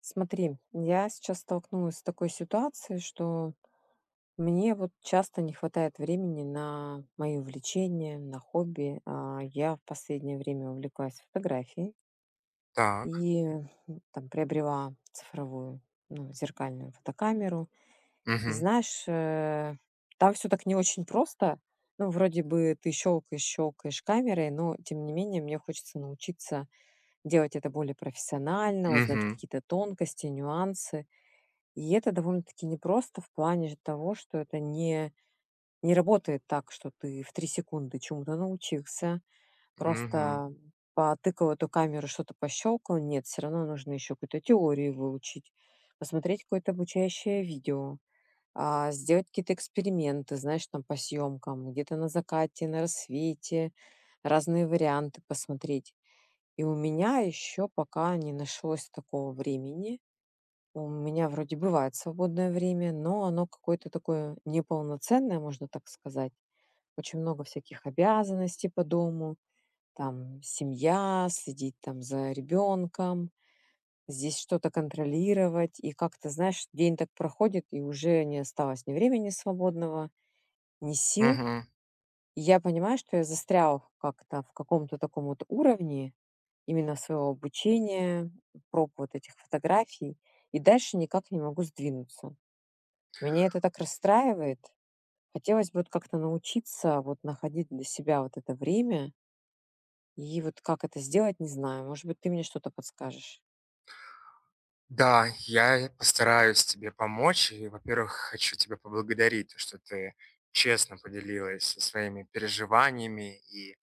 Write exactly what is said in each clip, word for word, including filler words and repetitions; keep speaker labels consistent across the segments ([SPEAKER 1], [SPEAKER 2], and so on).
[SPEAKER 1] Смотри, я сейчас столкнулась с такой ситуацией, что мне вот часто не хватает времени на мои увлечения, на хобби. А, Я в последнее время увлеклась фотографией
[SPEAKER 2] Так.
[SPEAKER 1] и м, там приобрела цифровую, ну, зеркальную фотокамеру. И
[SPEAKER 2] Мгм.
[SPEAKER 1] знаешь, э, там все так не очень просто. Ну, вроде бы ты щелкаешь, щелкаешь камерой, но тем не менее мне хочется научиться делать это более профессионально, узнать
[SPEAKER 2] Мгм.
[SPEAKER 1] какие-то тонкости, нюансы. И это довольно-таки непросто в плане же того, что это не, не работает так, что ты в три секунды чему-то научился,
[SPEAKER 2] Мгм.
[SPEAKER 1] просто потыкал эту камеру, что-то пощелкал. Нет, все равно нужно еще какую-то теорию выучить, посмотреть какое-то обучающее видео, а, сделать какие-то эксперименты, знаешь, там по съемкам, где-то на закате, на рассвете, разные варианты посмотреть. И у меня еще пока не нашлось такого времени, у меня вроде бывает свободное время, но оно какое-то такое неполноценное, можно так сказать. Очень много всяких обязанностей по дому, там семья, следить там за ребенком, здесь что-то контролировать. И как-то, знаешь, день так проходит, и уже не осталось ни времени свободного, ни сил.
[SPEAKER 2] Мгм.
[SPEAKER 1] И я понимаю, что я застряла в как-то в каком-то таком вот уровне именно своего обучения, проб вот этих фотографий, и дальше никак не могу сдвинуться. Меня это так расстраивает. Хотелось бы вот как-то научиться вот находить для себя вот это время. И вот как это сделать, не знаю. Может быть, ты мне что-то подскажешь.
[SPEAKER 2] Да, я постараюсь тебе помочь. И, во-первых, хочу тебя поблагодарить, то что ты честно поделилась со своими переживаниями и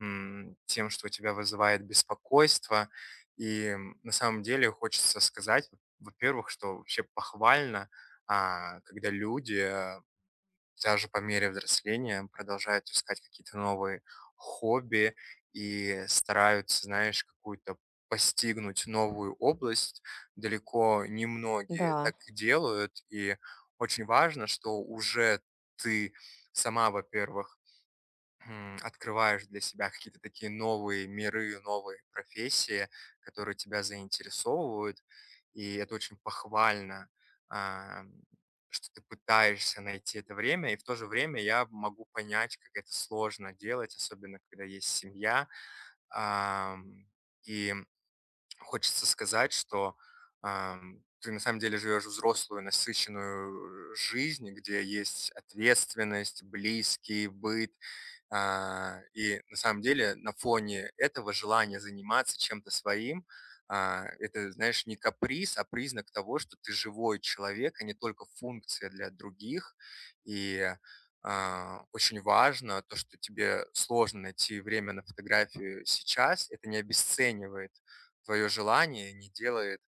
[SPEAKER 2] м, тем, что у тебя вызывает беспокойство. И м, на самом деле хочется сказать, во- во-первых, что вообще похвально, а, когда люди даже по мере взросления продолжают искать какие-то новые хобби и стараются, знаешь, какую-то постигнуть новую область. Далеко не
[SPEAKER 1] Да,
[SPEAKER 2] многие так и делают, и очень важно, что уже ты сама, во-первых, М, открываешь для себя какие-то такие новые миры, новые профессии, которые тебя заинтересовывают. И это очень похвально, ам, что ты пытаешься найти это время. И в то же время я могу понять, как это сложно делать, особенно когда есть семья. Ам, и Хочется сказать, что, ам, ты на самом деле живешь взрослую, насыщенную э, жизнь, где есть ответственность, близкий быт. А, и на самом деле на фоне этого желания заниматься чем-то своим, а, это, знаешь, не каприз, а признак того, что ты живой человек, а не только функция для других. И, а, Очень важно то, что тебе сложно найти время на фотографию сейчас. Это не обесценивает твое желание, не делает,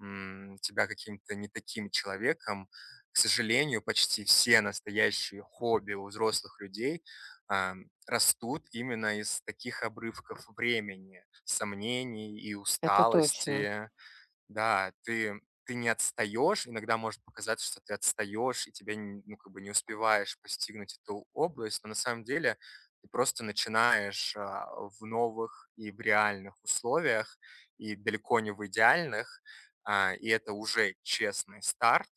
[SPEAKER 2] м, тебя каким-то не таким человеком. К сожалению, почти все настоящие хобби у взрослых людей ам, растут именно из таких обрывков времени, сомнений и
[SPEAKER 1] это точно.
[SPEAKER 2] усталости. Да, ты ты не отстаешь. Иногда может показаться, что ты отстаешь и тебя н ну, как бы не успеваешь постигнуть эту область, но на самом деле ты просто начинаешь, а, в новых и в реальных условиях, и далеко не в идеальных, а, и это уже честный старт.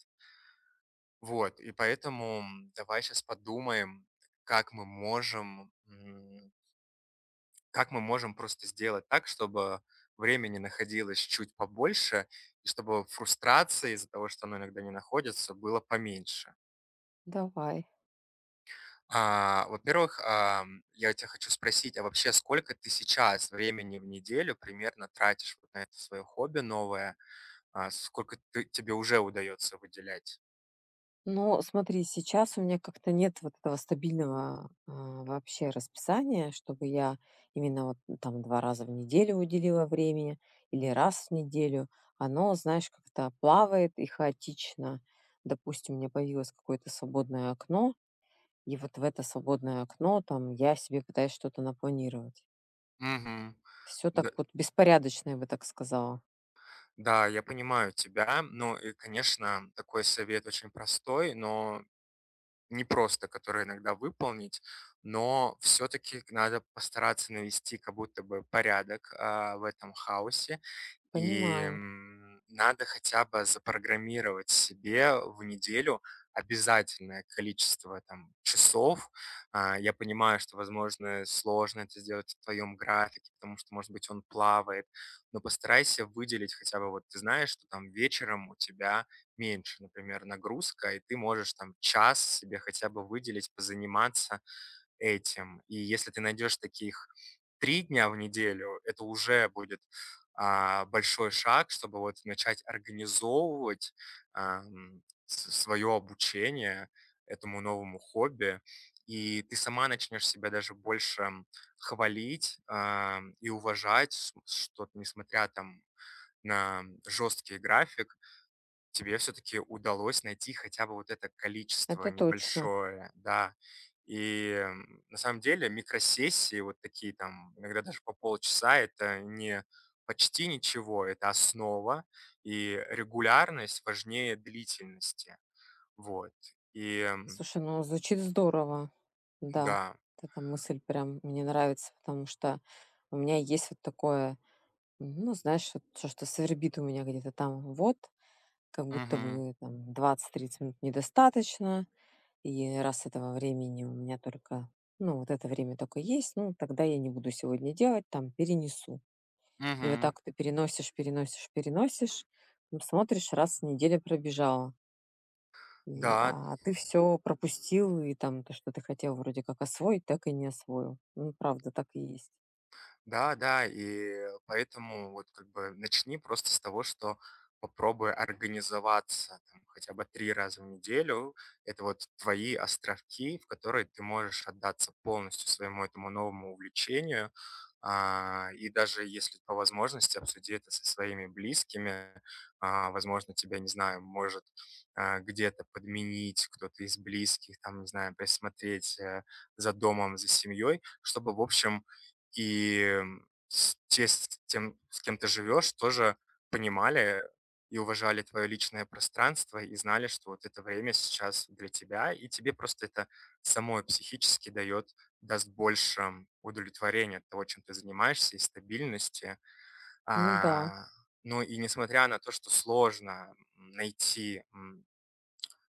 [SPEAKER 2] Вот, и поэтому м, давай сейчас подумаем, как мы можем, как мы можем просто сделать так, чтобы времени находилось чуть побольше и чтобы фрустрации из-за того, что оно иногда не находится, было поменьше?
[SPEAKER 1] Давай.
[SPEAKER 2] А, во-первых, ам, я тебя хочу спросить, а вообще сколько ты сейчас времени в неделю примерно тратишь вот на это свое хобби новое? А, сколько ты, тебе уже удается выделять?
[SPEAKER 1] Но смотри, сейчас у меня как-то нет вот этого стабильного а, вообще расписания, чтобы я именно вот ну, там два раза в неделю уделила времени или раз в неделю. Оно, знаешь, как-то плавает и хаотично. Допустим, у меня появилось какое-то свободное окно. И вот в это свободное окно там я себе пытаюсь что-то напланировать.
[SPEAKER 2] Мгм.
[SPEAKER 1] Все так
[SPEAKER 2] Д-
[SPEAKER 1] вот беспорядочно, я бы так сказала.
[SPEAKER 2] Да, я понимаю тебя. Ну и, конечно, такой совет очень простой, но непросто, которые иногда выполнить, но все-таки надо постараться навести как будто бы порядок а, в этом хаосе и,
[SPEAKER 1] Понимаю,
[SPEAKER 2] м, надо хотя бы запрограммировать себе в неделю обязательное количество там часов. А, я понимаю, что, возможно, сложно это сделать в твоем графике, потому что, может быть, он плавает, но постарайся выделить хотя бы, вот ты знаешь, что там вечером у тебя меньше, например, нагрузка, и ты можешь там час себе хотя бы выделить, позаниматься этим. И если ты найдешь таких три дня в неделю, это уже будет, а, большой шаг, чтобы вот начать организовывать, ам, с свое обучение этому новому хобби. И ты сама начнешь себя даже больше м, хвалить, ам, и уважать, с что несмотря там на жесткий график, тебе все-таки удалось найти хотя бы вот это количество
[SPEAKER 1] это точно.
[SPEAKER 2] небольшое, да. И м, на самом деле микросессии, вот такие там, иногда даже по полчаса, это не почти ничего, это основа, и регулярность важнее длительности. Вот. И м,
[SPEAKER 1] Слушай, ну звучит здорово. Да, вот
[SPEAKER 2] да.
[SPEAKER 1] эта мысль прям мне нравится, потому что у меня есть вот такое, ну, знаешь, вот то что свербит у меня где-то там, вот, как будто
[SPEAKER 2] Мгм.
[SPEAKER 1] бы там двадцать тридцать минут недостаточно, и раз этого времени у меня только, ну, вот это время только есть, ну, тогда я не буду сегодня делать, там, перенесу. И вот
[SPEAKER 2] Мгм.
[SPEAKER 1] так ты переносишь, переносишь, переносишь. М, смотришь, раз неделя пробежала. И,
[SPEAKER 2] Да,
[SPEAKER 1] а ты все пропустил, и там то, что ты хотел вроде как освоить, так и не освоил. Ну, правда, так и есть.
[SPEAKER 2] да, да, и поэтому вот как бы начни просто с того, что попробуй организоваться там, хотя бы три раза в неделю. Это вот твои островки, в которые ты можешь отдаться полностью своему этому новому увлечению. А, и даже если по возможности обсуди это со своими близкими. А, возможно, тебя, не знаю, может а, где-то подменить кто-то из близких, там, не знаю, присмотреть э, за домом, за семьей, чтобы, в общем, и с те с тем, с кем ты живешь, тоже понимали и уважали твое личное пространство, и знали, что вот это время сейчас для тебя, и тебе просто это самой психически дает даст больше удовлетворения от того, чем ты занимаешься, и стабильности.
[SPEAKER 1] Ну да,
[SPEAKER 2] А, ну и несмотря на то, что сложно найти, м,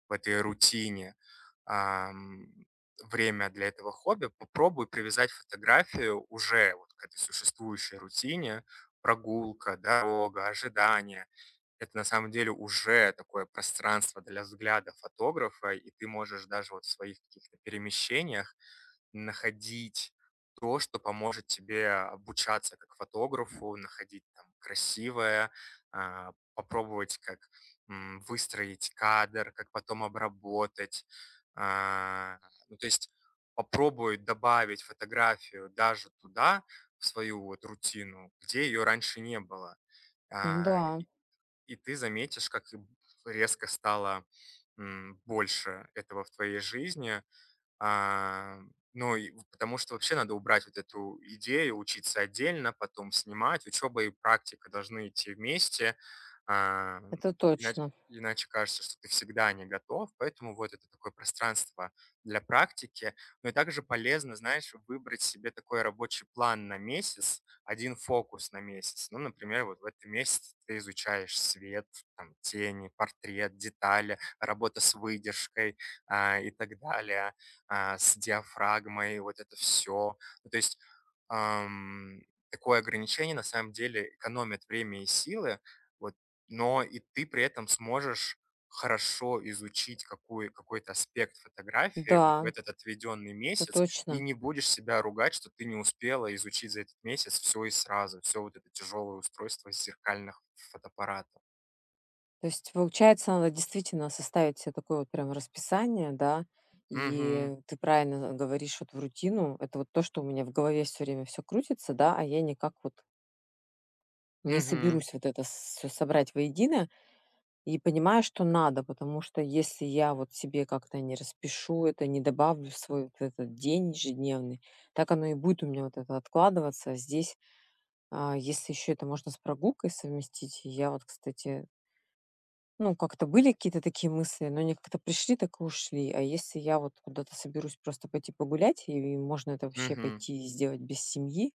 [SPEAKER 2] в этой рутине ам, время для этого хобби, попробуй привязать фотографию уже вот к этой существующей рутине: прогулка, дорога, ожидание. Это на самом деле уже такое пространство для взгляда фотографа, и ты можешь даже вот в своих каких-то перемещениях находить то, что поможет тебе обучаться как фотографу, находить там красивое, а, попробовать, как м, выстроить кадр, как потом обработать. А, Ну, то есть попробуй добавить фотографию даже туда, в свою вот рутину, где ее раньше не было. А,
[SPEAKER 1] да
[SPEAKER 2] И, и ты заметишь, как и резко стало м, больше этого в твоей жизни, а, ну, и в потому что вообще надо убрать вот эту идею учиться отдельно, потом снимать. Учеба и практика должны идти вместе, а,
[SPEAKER 1] это
[SPEAKER 2] иначе
[SPEAKER 1] точно.
[SPEAKER 2] иначе кажется, что ты всегда не готов. Поэтому вот это такое пространство для практики. Ну и также полезно, знаешь, выбрать себе такой рабочий план на месяц, один фокус на месяц. Ну, например, вот в этом месяце ты изучаешь свет, там, тени, портрет, детали, работа с выдержкой, а, и так далее. А, с диафрагмой, вот это все, то есть, ам, такое ограничение на самом деле экономит время и силы, вот, но и ты при этом сможешь хорошо изучить какую какой-то аспект фотографии
[SPEAKER 1] Да,
[SPEAKER 2] вот в этот отведенный
[SPEAKER 1] это
[SPEAKER 2] месяц и
[SPEAKER 1] точно.
[SPEAKER 2] не будешь себя ругать, что ты не успела изучить за этот месяц все и сразу, все вот это тяжелое устройство с зеркальных фотоаппаратов.
[SPEAKER 1] То есть, получается, надо действительно составить себе такое вот прям расписание, да.
[SPEAKER 2] Угу,
[SPEAKER 1] И ты правильно э, говоришь вот в рутину. Это вот то, что у меня в голове все время все крутится, да, а я никак вот не
[SPEAKER 2] угу,
[SPEAKER 1] соберусь вот это всё собрать воедино. И понимаю, что надо, потому что если я вот себе как-то не распишу это, не добавлю в свой вот этот день ежедневный, так оно и будет у меня вот это откладываться. А здесь, а, если еще это можно с прогулкой совместить, я вот, кстати, ну, как-то были какие-то такие мысли, но они как-то пришли, так и ушли. А если я вот куда-то соберусь просто пойти погулять, и можно это вообще
[SPEAKER 2] угу.
[SPEAKER 1] пойти и сделать без семьи,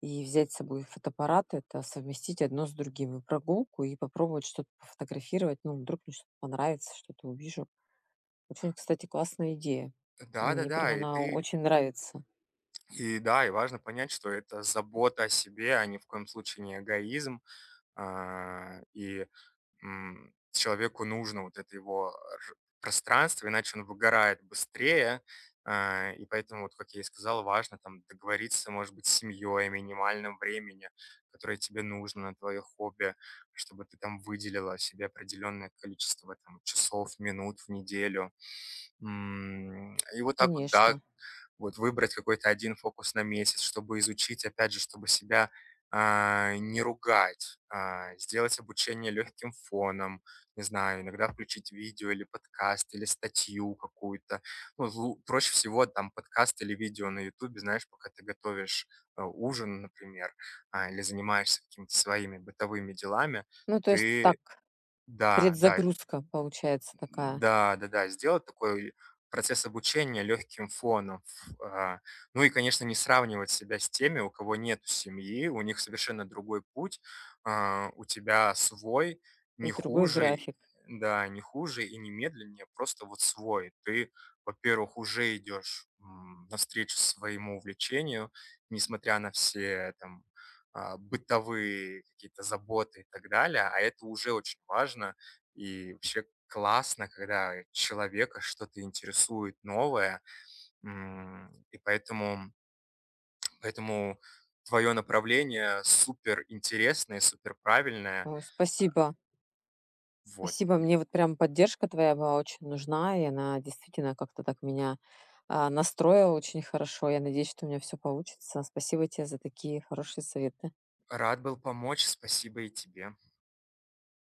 [SPEAKER 1] и взять с собой фотоаппарат — это совместить одно с другим, и прогулку, и попробовать что-то пофотографировать. Ну, вдруг мне что-то понравится, что-то увижу. Очень, кстати, классная идея. Мне прям
[SPEAKER 2] Да-да-да, и
[SPEAKER 1] она
[SPEAKER 2] ты
[SPEAKER 1] очень нравится.
[SPEAKER 2] и да, и важно понять, что это забота о себе, а ни в коем случае не эгоизм. А, И м, Человеку нужно вот это его р- пространство, иначе он выгорает быстрее. А, И поэтому, вот как я и сказал, важно там договориться, может быть, с семьей о минимальном времени, которое тебе нужно на твое хобби, чтобы ты там выделила себе определенное количество там, часов, минут в неделю. М, И вот так вот, да,
[SPEAKER 1] Конечно.
[SPEAKER 2] вот выбрать какой-то один фокус на месяц, чтобы изучить, опять же, чтобы себя, а, не ругать, а, сделать обучение легким фоном, не знаю, иногда включить видео или подкаст, или статью какую-то. Ну, лу проще всего там подкаст или видео на "Ютубе", знаешь, пока ты готовишь, э, ужин, например, а, или занимаешься какими-то своими бытовыми делами.
[SPEAKER 1] Ну, то есть так,
[SPEAKER 2] Ты Да, да.
[SPEAKER 1] предзагрузка получается такая
[SPEAKER 2] Да-да-да, сделать такой процесс обучения легким фоном. Ф а, ну и, конечно, не сравнивать себя с теми, у кого нет семьи, у них совершенно другой путь. А, у тебя свой,
[SPEAKER 1] и
[SPEAKER 2] не
[SPEAKER 1] другой
[SPEAKER 2] хуже, и
[SPEAKER 1] график.
[SPEAKER 2] да, не хуже и не медленнее, просто вот свой. Ты, во-первых, уже идешь, м, навстречу своему увлечению, несмотря на все там, а, бытовые какие-то заботы и так далее, а это уже очень важно. И вообще классно, когда человека что-то интересует новое. М, и поэтому поэтому твое направление супер интересное, супер правильное.
[SPEAKER 1] Ой, спасибо.
[SPEAKER 2] Вот.
[SPEAKER 1] Спасибо.
[SPEAKER 2] И
[SPEAKER 1] Мне вот прям поддержка твоя была очень нужна, и она действительно как-то так меня, а, настроила очень хорошо. Я надеюсь, что у меня все получится. Спасибо тебе за такие хорошие советы.
[SPEAKER 2] рад был помочь. Спасибо и тебе.